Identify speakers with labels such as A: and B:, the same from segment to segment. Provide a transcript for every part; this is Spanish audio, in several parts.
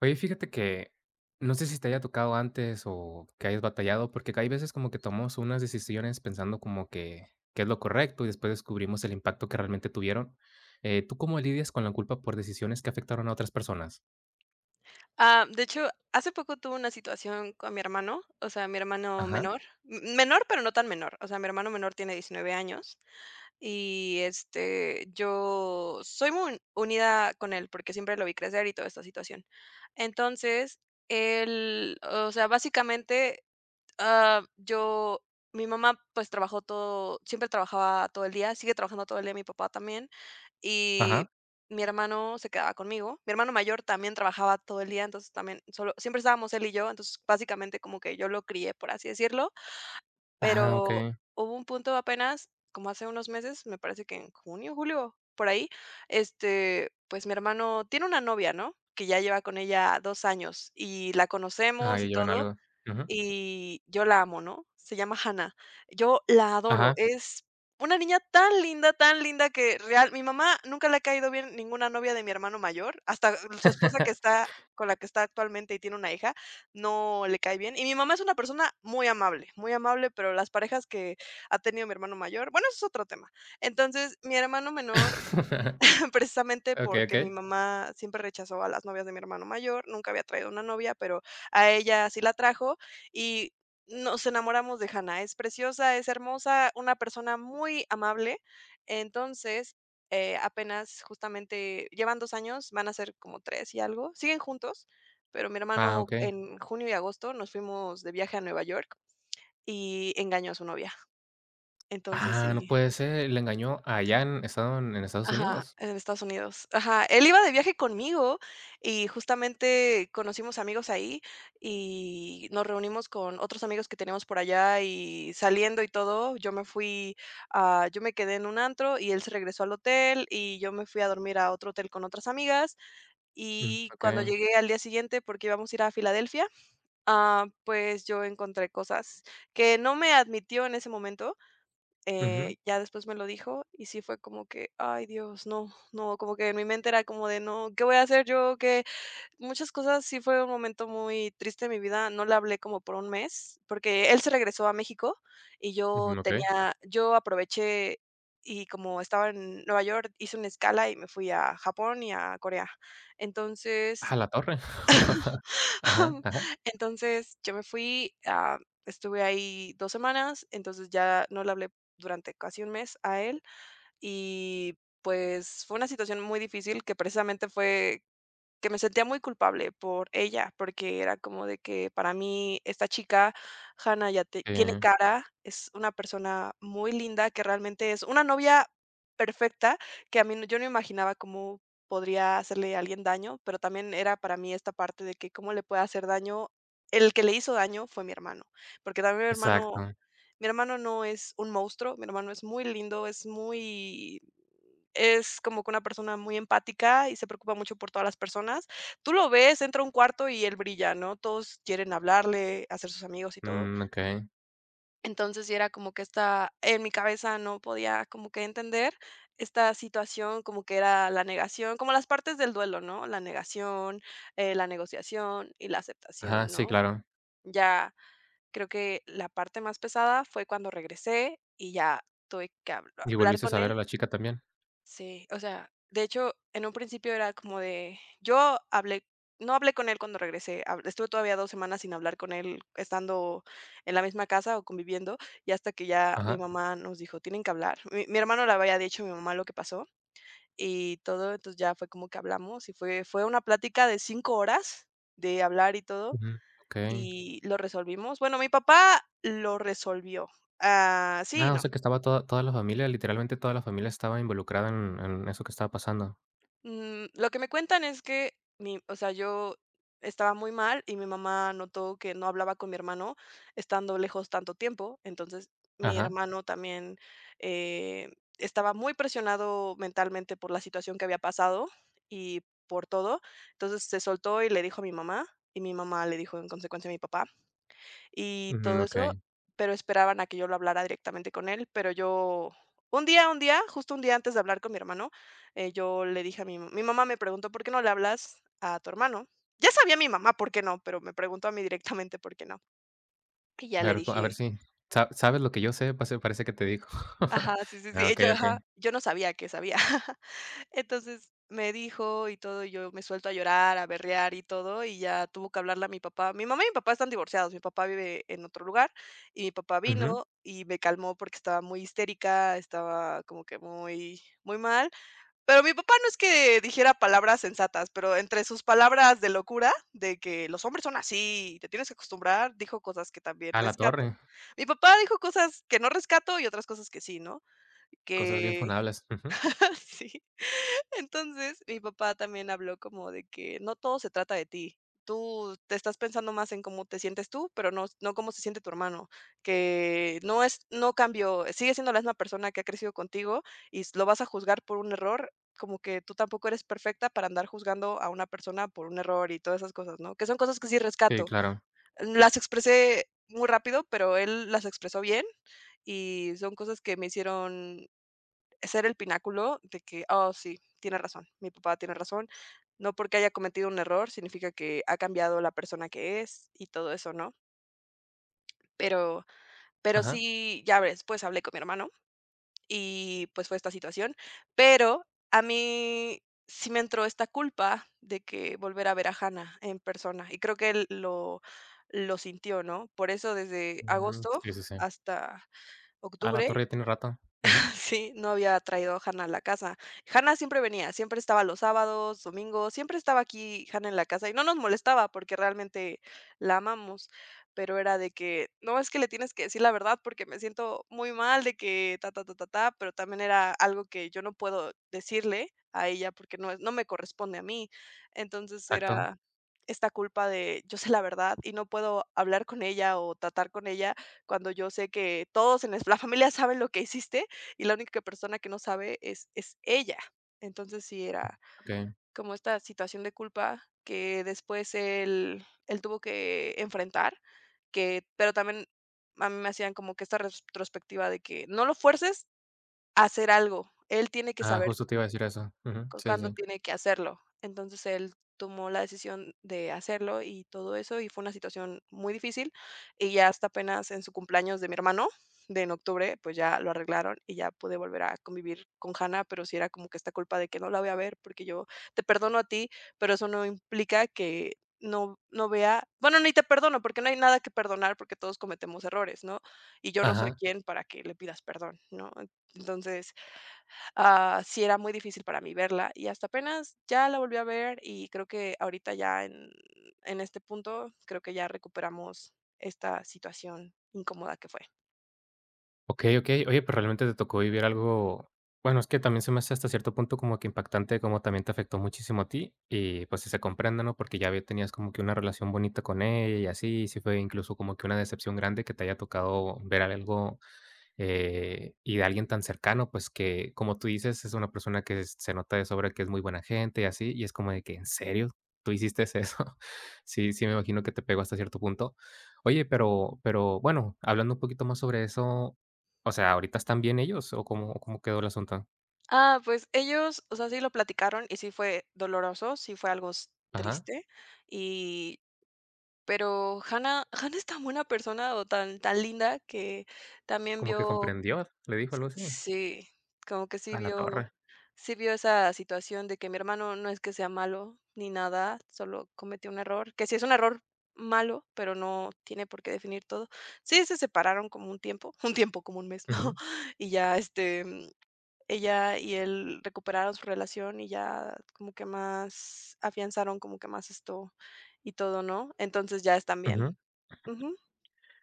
A: Oye, fíjate que no sé si te haya tocado antes o que hayas batallado, porque hay veces como que tomamos unas decisiones pensando como que es lo correcto y después descubrimos el impacto que realmente tuvieron. ¿Tú cómo lidias con la culpa por decisiones que afectaron a otras personas?
B: Ah, de hecho, hace poco tuve una situación con mi hermano, o sea, mi hermano
A: Ajá,
B: menor, menor, pero no tan menor, o sea, mi hermano menor tiene 19 años y yo soy muy unida con él porque siempre lo vi crecer y toda esta situación. Entonces, él, o sea, básicamente Ah, yo mi mamá, pues, trabajó todo siempre trabajaba todo el día, sigue trabajando todo el día, mi papá también, y
A: ajá,
B: mi hermano se quedaba conmigo. Mi hermano mayor también trabajaba todo el día, entonces también solo siempre estábamos él y yo, entonces, básicamente, como que yo lo crié, por así decirlo,
A: ajá,
B: pero
A: okey.
B: hubo un punto apenas, como hace unos meses, me parece que en junio, julio, por ahí, pues, mi hermano tiene una novia, ¿no?, que ya lleva con ella 2 años, y la
A: Ah,
B: conocemos
A: ya
B: y
A: llevan
B: todo
A: algo. Ujú.
B: y yo la amo, ¿no? Se llama Hannah. Yo la adoro.
A: Ajá.
B: Es una niña tan linda que real mi mamá nunca le ha caído bien ninguna novia de mi hermano mayor, hasta su esposa que está con la que está actualmente y tiene una hija, no le cae bien. Y mi mamá es una persona muy amable, pero las parejas que ha tenido mi hermano mayor, bueno, eso es otro tema. Entonces, mi hermano menor precisamente
A: Okey,
B: porque mi
A: okey.
B: mamá siempre rechazó a las novias de mi hermano mayor, nunca había traído una novia, pero a ella sí la trajo y nos enamoramos de Hannah. Es preciosa, es hermosa, una persona muy amable. Entonces, apenas justamente llevan 2 años, van a ser como 3 y algo, siguen juntos, pero mi
A: Ah,
B: hermano
A: okey.
B: en junio y agosto nos fuimos de viaje a Nueva York y engañó a su novia. Entonces
A: Ah, no
B: sí.
A: puede ser, ¿le engañó allá en estado en Estados
B: Ajá,
A: Unidos?
B: en Estados Unidos. Ajá, él iba de viaje conmigo y justamente conocimos amigos ahí y nos reunimos con otros amigos que teníamos por allá y saliendo y todo, yo me quedé en un antro y él se regresó al hotel y yo me fui a dormir a otro hotel con otras amigas
A: Mm,
B: y cuando
A: okey.
B: llegué al día siguiente, porque íbamos a ir a Filadelfia, pues yo encontré cosas que no me admitió en ese momento.
A: Ujú,
B: Ya después me lo dijo y sí fue como que, ay Dios, no, no, como que en mi mente era como de no, ¿qué voy a hacer yo? Que muchas cosas, sí fue un momento muy triste en mi vida. No le hablé como por un mes, porque él se regresó a México y
A: ujú, okey.
B: yo aproveché y como estaba en Nueva York, hice una escala y me fui a Japón y a Corea. Entonces,
A: A la torre. Ajá, ajá,
B: entonces yo me fui, estuve ahí 2 semanas, entonces ya no le hablé durante casi un mes a él y pues fue una situación muy difícil que precisamente fue que me sentía muy culpable por ella, porque era como de que para mí esta chica, Hannah, ya
A: sí,
B: tiene cara, es una persona muy linda, que realmente es una novia perfecta, que a mí yo no imaginaba cómo podría hacerle a alguien daño, pero también era para mí esta parte de que cómo le puede hacer daño. El que le hizo daño fue mi hermano, porque también
A: exacto.
B: mi hermano no es un monstruo, mi hermano es muy lindo, es como que una persona muy empática y se preocupa mucho por todas las personas. Tú lo ves, entra a un cuarto y él brilla, ¿no? Todos quieren hablarle, hacer sus amigos y todo.
A: Mm, okey.
B: Entonces, sí era como que esta, en mi cabeza no podía como que entender esta situación, como que era la negación, como las partes del duelo, ¿no? La negación, la negociación y la
A: Ajá,
B: aceptación,
A: sí,
B: ¿no?
A: claro.
B: Ya creo que la parte más pesada fue cuando regresé y ya tuve que
A: ¿Y
B: hablar
A: volviste a
B: con
A: saber a
B: él.
A: la chica también?
B: Sí, o sea, de hecho, en un principio era como de, no hablé con él cuando regresé, estuve todavía 2 semanas sin hablar con él, estando en la misma casa o conviviendo, y hasta que ya mi
A: Ajá,
B: mamá nos dijo, tienen que hablar. Mi hermano le había dicho a mi mamá lo que pasó y todo, entonces ya fue como que hablamos y fue una plática de 5 horas de hablar y todo,
A: ujú, okey.
B: y lo resolvimos. Bueno, mi papá lo resolvió. Ah, sí.
A: Ah, o sea que estaba toda la familia, literalmente toda la familia estaba involucrada en eso que estaba pasando.
B: Lo que me cuentan es que mi o sea, yo estaba muy mal y mi mamá notó que no hablaba con mi hermano estando lejos tanto tiempo. Entonces, mi
A: Ajá,
B: hermano también, eh, estaba muy presionado mentalmente por la situación que había pasado y por todo. Entonces, se soltó y le dijo a mi mamá, y mi mamá le dijo en consecuencia a mi papá y todo
A: ujú, okey.
B: eso, pero esperaban a que yo lo hablara directamente con él, pero yo un día, justo un día antes de hablar con mi hermano, yo le dije a mi mi mamá me preguntó: "¿Por qué no le hablas a tu hermano?". Ya sabía mi mamá por qué no, pero me preguntó a mí directamente por qué no. Y ya
A: A
B: le
A: ver a ver
B: dije,
A: si sa sabes lo que yo sé, pase parece que te digo.
B: ajá, sí, sí, sí,
A: Ah,
B: y yo,
A: okey, okey.
B: ajá, yo no sabía que sabía. Entonces me dijo y todo, y yo me suelto a llorar, a berrear y todo, y ya tuvo que hablarle a mi papá. Mi mamá y mi papá están divorciados, mi papá vive en otro lugar y mi papá
A: Ujú.
B: vino y me calmó porque estaba muy histérica, estaba como que muy, muy mal. Pero mi papá no es que dijera palabras sensatas, pero entre sus palabras de locura, de que los hombres son así, te tienes que acostumbrar, dijo cosas que también
A: A la torre,
B: rescato. Mi papá dijo cosas que no rescato y otras cosas que sí, ¿no?
A: cosas bien
B: Que
A: funables. Ujú.
B: sí. Entonces, mi papá también habló como de que no todo se trata de ti. Tú te estás pensando más en cómo te sientes tú, pero no, no cómo se siente tu hermano, que no es, no cambió, sigue siendo la misma persona que ha crecido contigo y lo vas a juzgar por un error, como que tú tampoco eres perfecta para andar juzgando a una persona por un error y todas esas cosas, ¿no? Que son cosas que sí
A: Sí,
B: rescato.
A: claro.
B: Las expresé muy rápido, pero él las expresó bien y son cosas que me hicieron ser el pináculo de que: "Oh, sí, tiene razón, mi papá tiene razón". No porque haya cometido un error, significa que ha cambiado la persona que es y todo eso, ¿no? Pero pero
A: Ajá.
B: sí, ya ves, pues, hablé con mi hermano y, pues, fue esta situación, pero a mí sí me entró esta culpa de que volver a ver a Hannah en persona, y creo que él lo sintió, ¿no? Por eso desde
A: Mm,
B: agosto
A: sí, sí, sí.
B: hasta
A: A la torre,
B: octubre.
A: ya tiene rato. Ujú,
B: Sí, no había traído a Hannah a la casa. Hannah siempre venía, siempre estaba los sábados, domingos, siempre estaba aquí Hannah en la casa y no nos molestaba porque realmente la amamos, pero era de que, no, es que le tienes que decir la verdad porque me siento muy mal de que ta, ta, ta, ta, ta, pero también era algo que yo no puedo decirle a ella porque no, no me corresponde a mí. Entonces
A: exacto,
B: era esta culpa de yo sé la verdad y no puedo hablar con ella o tratar con ella cuando yo sé que todos en la familia saben lo que hiciste y la única persona que no sabe es ella. Entonces, sí era
A: okey.
B: como esta situación de culpa que después él tuvo que enfrentar, que pero también a mí me hacían como que esta retrospectiva de que no lo fuerces a hacer algo, él tiene que
A: Ah,
B: saber
A: justo te iba a decir eso. Ujú,
B: cu
A: sí, sí,
B: cuando
A: sí.
B: tiene que hacerlo. Entonces, él tomó la decisión de hacerlo y todo eso, y fue una situación muy difícil, y ya hasta apenas en su cumpleaños de mi hermano, de en octubre, pues ya lo arreglaron y ya pude volver a convivir con Hannah, pero sí era como que esta culpa de que no la voy a ver porque yo te perdono a ti, pero eso no implica que no vea, bueno, ni te perdono, porque no hay nada que perdonar, porque todos cometemos errores, ¿no? Y yo no soy
A: Ajá.
B: quien para que le pidas perdón, ¿no? Entonces sí, era muy difícil para mí verla y hasta apenas ya la volví a ver y creo que ahorita ya en este punto creo que ya recuperamos esta situación incómoda que fue.
A: Okey, okey. Oye, pues, realmente te tocó vivir algo, bueno, es que también se me hace hasta cierto punto como que impactante, como también te afectó muchísimo a ti y, pues, sí se comprende, ¿no? Porque ya ve tenías como que una relación bonita con ella y así, y sí fue incluso como que una decepción grande que te haya tocado ver algo. Y de alguien tan cercano, pues, que, como tú dices, es una persona que se nota de sobra que es muy buena gente y así, y es como de que, ¿en serio? ¿Tú hiciste eso? Sí, sí, me imagino que te pegó hasta cierto punto. Oye, pero bueno, hablando un poquito más sobre eso, o sea, ¿ahorita están bien ellos o cómo quedó el asunto?
B: Ah, pues ellos, o sea, sí lo platicaron y sí fue doloroso, sí fue algo
A: Ajá,
B: triste y pero Hannah es tan buena persona o tan linda que también
A: como que
B: vio.
A: comprendió, le dijo algo así.
B: Sí, como que sí
A: A la
B: vio,
A: torre.
B: sí vio esa situación de que mi hermano no es que sea malo ni nada, solo cometió un error, que sí es un error malo, pero no tiene por qué definir todo. Sí, se separaron como un tiempo, un tiempo como un mes, ¿no?
A: Ujú,
B: Y ya, ella y él recuperaron su relación y ya como que más afianzaron como que más esto y todo, ¿no? Entonces ya están bien.
A: ujú.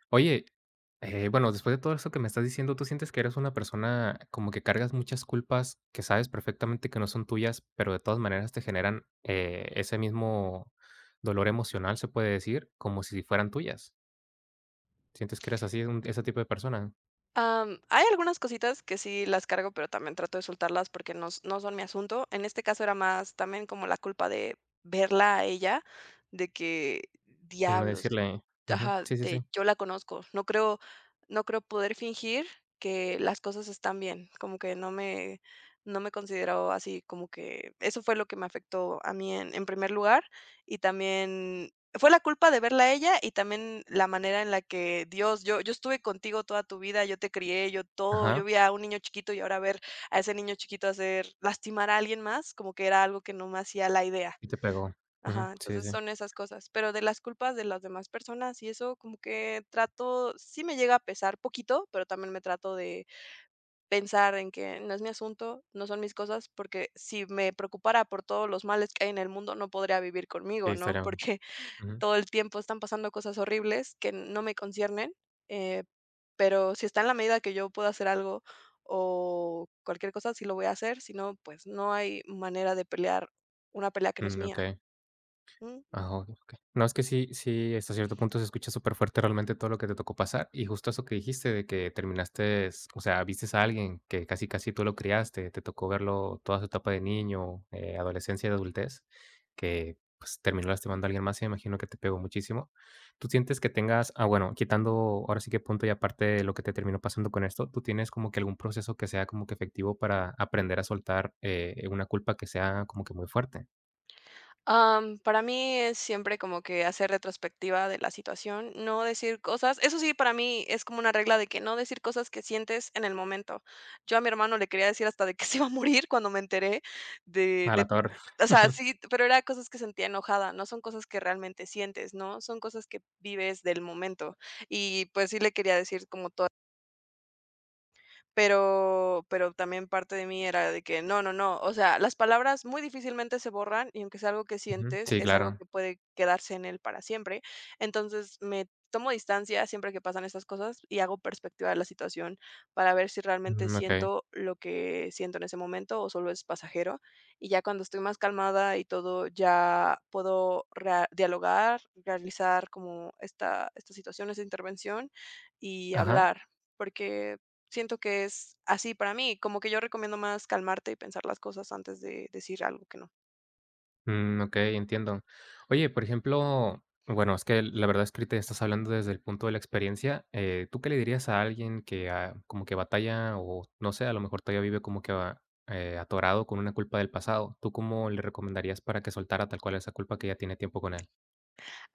A: Oye, bueno, después de todo eso que me estás diciendo, ¿tú sientes que eres una persona como que cargas muchas culpas que sabes perfectamente que no son tuyas, pero de todas maneras te generan ese mismo dolor emocional, se puede decir, como si fueran tuyas? ¿Sientes que eres así, ese tipo de persona?
B: Hay algunas cositas que sí las cargo, pero también trato de soltarlas porque no, no son mi asunto. En este caso era más también como la culpa de verla a ella, de que
A: Y no
B: diablos,
A: decirle, ujú,
B: ajá,
A: sí, sí, sí,
B: de yo la conozco. No creo, no creo poder fingir que las cosas están bien. Como que no no me considero así, como que eso fue lo que me afectó a mí en primer lugar. Y también fue la culpa de verla a ella y también la manera en la que Dios, yo estuve contigo toda tu vida, yo te crié, yo todo, yo
A: ajá,
B: vi a un niño chiquito y ahora ver a ese niño chiquito hacer lastimar a alguien más, como que era algo que no me hacía la idea.
A: y te pegó, ujú,
B: Ajá,
A: sí,
B: entonces
A: sí,
B: son esas cosas, pero de las culpas de las demás personas y eso como que trato, sí me llega a pesar poquito, pero también me trato de pensar en que no es mi asunto, no son mis cosas, porque si me preocupara por todos los males que hay en el mundo, no podría vivir
A: sí,
B: conmigo, ¿no?
A: estaría,
B: Porque
A: ujú,
B: todo el tiempo están pasando cosas horribles que no me conciernen, eh, pero si está en la medida que yo pueda hacer algo o cualquier cosa, sí lo voy a hacer, si no, pues no hay manera de pelear una pelea que no es
A: mm, ok.
B: mía.
A: Ah, okey, okey. No, es que sí sí, hasta cierto punto se escucha superfuerte realmente todo lo que te tocó pasar, y justo eso que dijiste de que terminaste, o sea, vistes a alguien que casi, casi tú lo criaste, te tocó verlo toda su etapa de niño, adolescencia y adultez, que, pues, terminó lastimando a alguien más, y me imagino que te pegó muchísimo. ¿Tú sientes que tengas ah, bueno, quitando ahora sí que punto y aparte de lo que te terminó pasando con esto, ¿tú tienes como que algún proceso que sea como que efectivo para aprender a soltar, una culpa que sea como que muy fuerte?
B: Para mí es siempre como que hacer retrospectiva de la situación, no decir cosas. Eso sí, para mí es como una regla de que no decir cosas que sientes en el momento. Yo a mi hermano le quería decir hasta de que se iba a morir cuando me enteré de,
A: A la
B: de-
A: torre.
B: o sea, sí, pero era cosas que sentía enojada, no son cosas que realmente sientes, ¿no? Son cosas que vives del momento. Y pues sí le quería decir como todo, pero también parte de mí era de que no, no, no, o sea, las palabras muy difícilmente se borran y aunque es algo que
A: Ujú.
B: sientes,
A: Sí,
B: es algo
A: claro.
B: que puede quedarse en él para siempre. Entonces, me tomo distancia siempre que pasan estas cosas y hago perspectiva de la situación para ver si realmente
A: Mm, okey.
B: siento lo que siento en ese momento o solo es pasajero. Y ya cuando estoy más calmada y todo, ya puedo rea dialogar, realizar como esta, situación, esta intervención y
A: Ajá.
B: hablar, porque siento que es así para mí, como que yo recomiendo más calmarte y pensar las cosas antes de decir algo que no.
A: Mm, okey, entiendo. Oye, por ejemplo, bueno, es que la verdad es que ahorita estás hablando desde el punto de la experiencia, ¿tú qué le dirías a alguien que, ah, como que batalla o no sé, a lo mejor todavía vive como que a atorado con una culpa del pasado? ¿Tú cómo le recomendarías para que soltara tal cual esa culpa que ya tiene tiempo con él?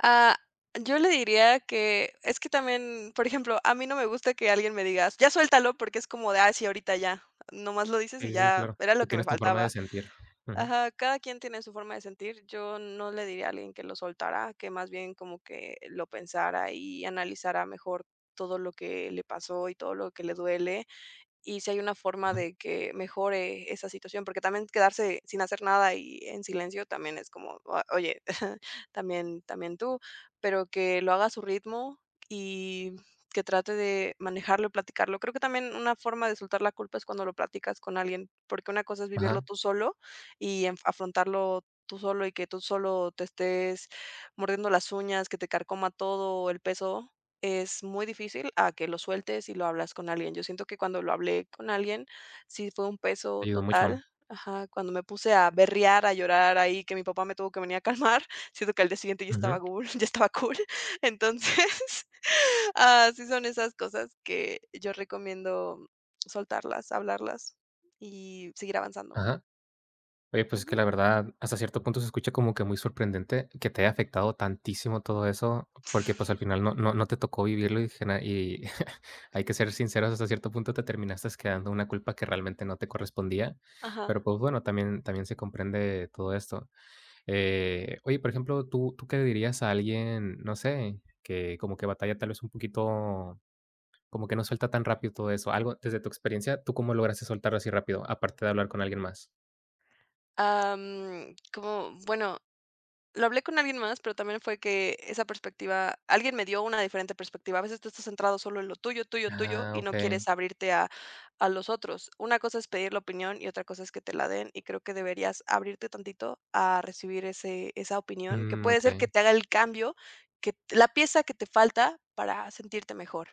B: Ah, yo le diría que es que también, por ejemplo, a mí no me gusta que alguien me digas: "Ya suéltalo", porque es como de: "Ah, sí, ahorita ya, nomás lo dices y
A: Sí, sí,
B: ya,
A: claro.
B: era lo
A: Tú
B: que me
A: tienes tu forma
B: faltaba".
A: de sentir. Ujú,
B: Ajá, cada quien tiene su forma de sentir. Yo no le diría a alguien que lo soltara, que más bien como que lo pensara y analizara mejor todo lo que le pasó y todo lo que le duele. Y si hay una forma
A: ujú.
B: de que mejore esa situación, porque también quedarse sin hacer nada y en silencio también es como: "Ah, oye, también, también tú", pero que lo haga a su ritmo y que trate de manejarlo y platicarlo. Creo que también una forma de soltar la culpa es cuando lo platicas con alguien, porque una cosa es vivirlo
A: Ajá,
B: tú solo y afrontarlo tú solo y que tú solo te estés mordiendo las uñas, que te carcoma todo el peso, es muy difícil a que lo sueltes y lo hablas con alguien. Yo siento que cuando lo hablé con alguien, sí fue un peso
A: te ayudó mucho.
B: total. Ajá, cuando me puse a berrear, a llorar ahí, que mi papá me tuvo que venir a calmar, siento que al día siguiente ya estaba
A: Ujú,
B: cool, ya estaba cool. Entonces, ah, sí son esas cosas que yo recomiendo soltarlas, hablarlas y seguir avanzando.
A: ajá. Oye, pues, es que
B: Ujú.
A: la verdad, hasta cierto punto se escucha como que muy sorprendente que te haya afectado tantísimo todo eso, porque, pues, al final no te tocó vivirlo y gena y hay que ser sinceros, hasta cierto punto te terminaste quedando una culpa que realmente no te correspondía,
B: Ajá.
A: pero, pues, bueno, también también se comprende todo esto. Oye, por ejemplo, ¿tú qué le dirías a alguien, no sé, que como que batalla tal vez un poquito, como que no suelta tan rápido todo eso? Algo desde tu experiencia, ¿tú cómo lograste soltarlo así rápido, aparte de hablar con alguien más?
B: Como, bueno, lo hablé con alguien más, pero también fue que esa perspectiva, alguien me dio una diferente perspectiva. A veces tú estás centrado solo en lo tuyo,
A: Ah,
B: y no
A: okey.
B: quieres abrirte a los otros. Una cosa es pedir la opinión y otra cosa es que te la den, y creo que deberías abrirte tantito a recibir esa opinión, que
A: Mm,
B: puede ser
A: okey.
B: que te haga el cambio, que la pieza que te falta para sentirte mejor.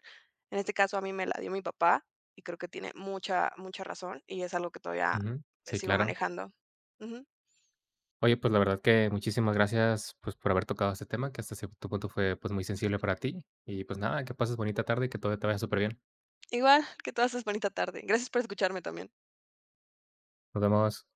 B: En este caso a mí me la dio mi papá y creo que tiene mucha razón y es algo que todavía
A: Ujú. Sí,
B: sigo
A: claro.
B: manejando. Ujú.
A: Oye, pues, la verdad que muchísimas gracias, pues, por haber tocado este tema, que hasta cierto punto fue, pues, muy sensible para ti. Y, pues, nada, que pases bonita tarde y que todo te vaya súper bien.
B: Igual, que todas es bonita tarde. Gracias por escucharme también.
A: Nos vemos.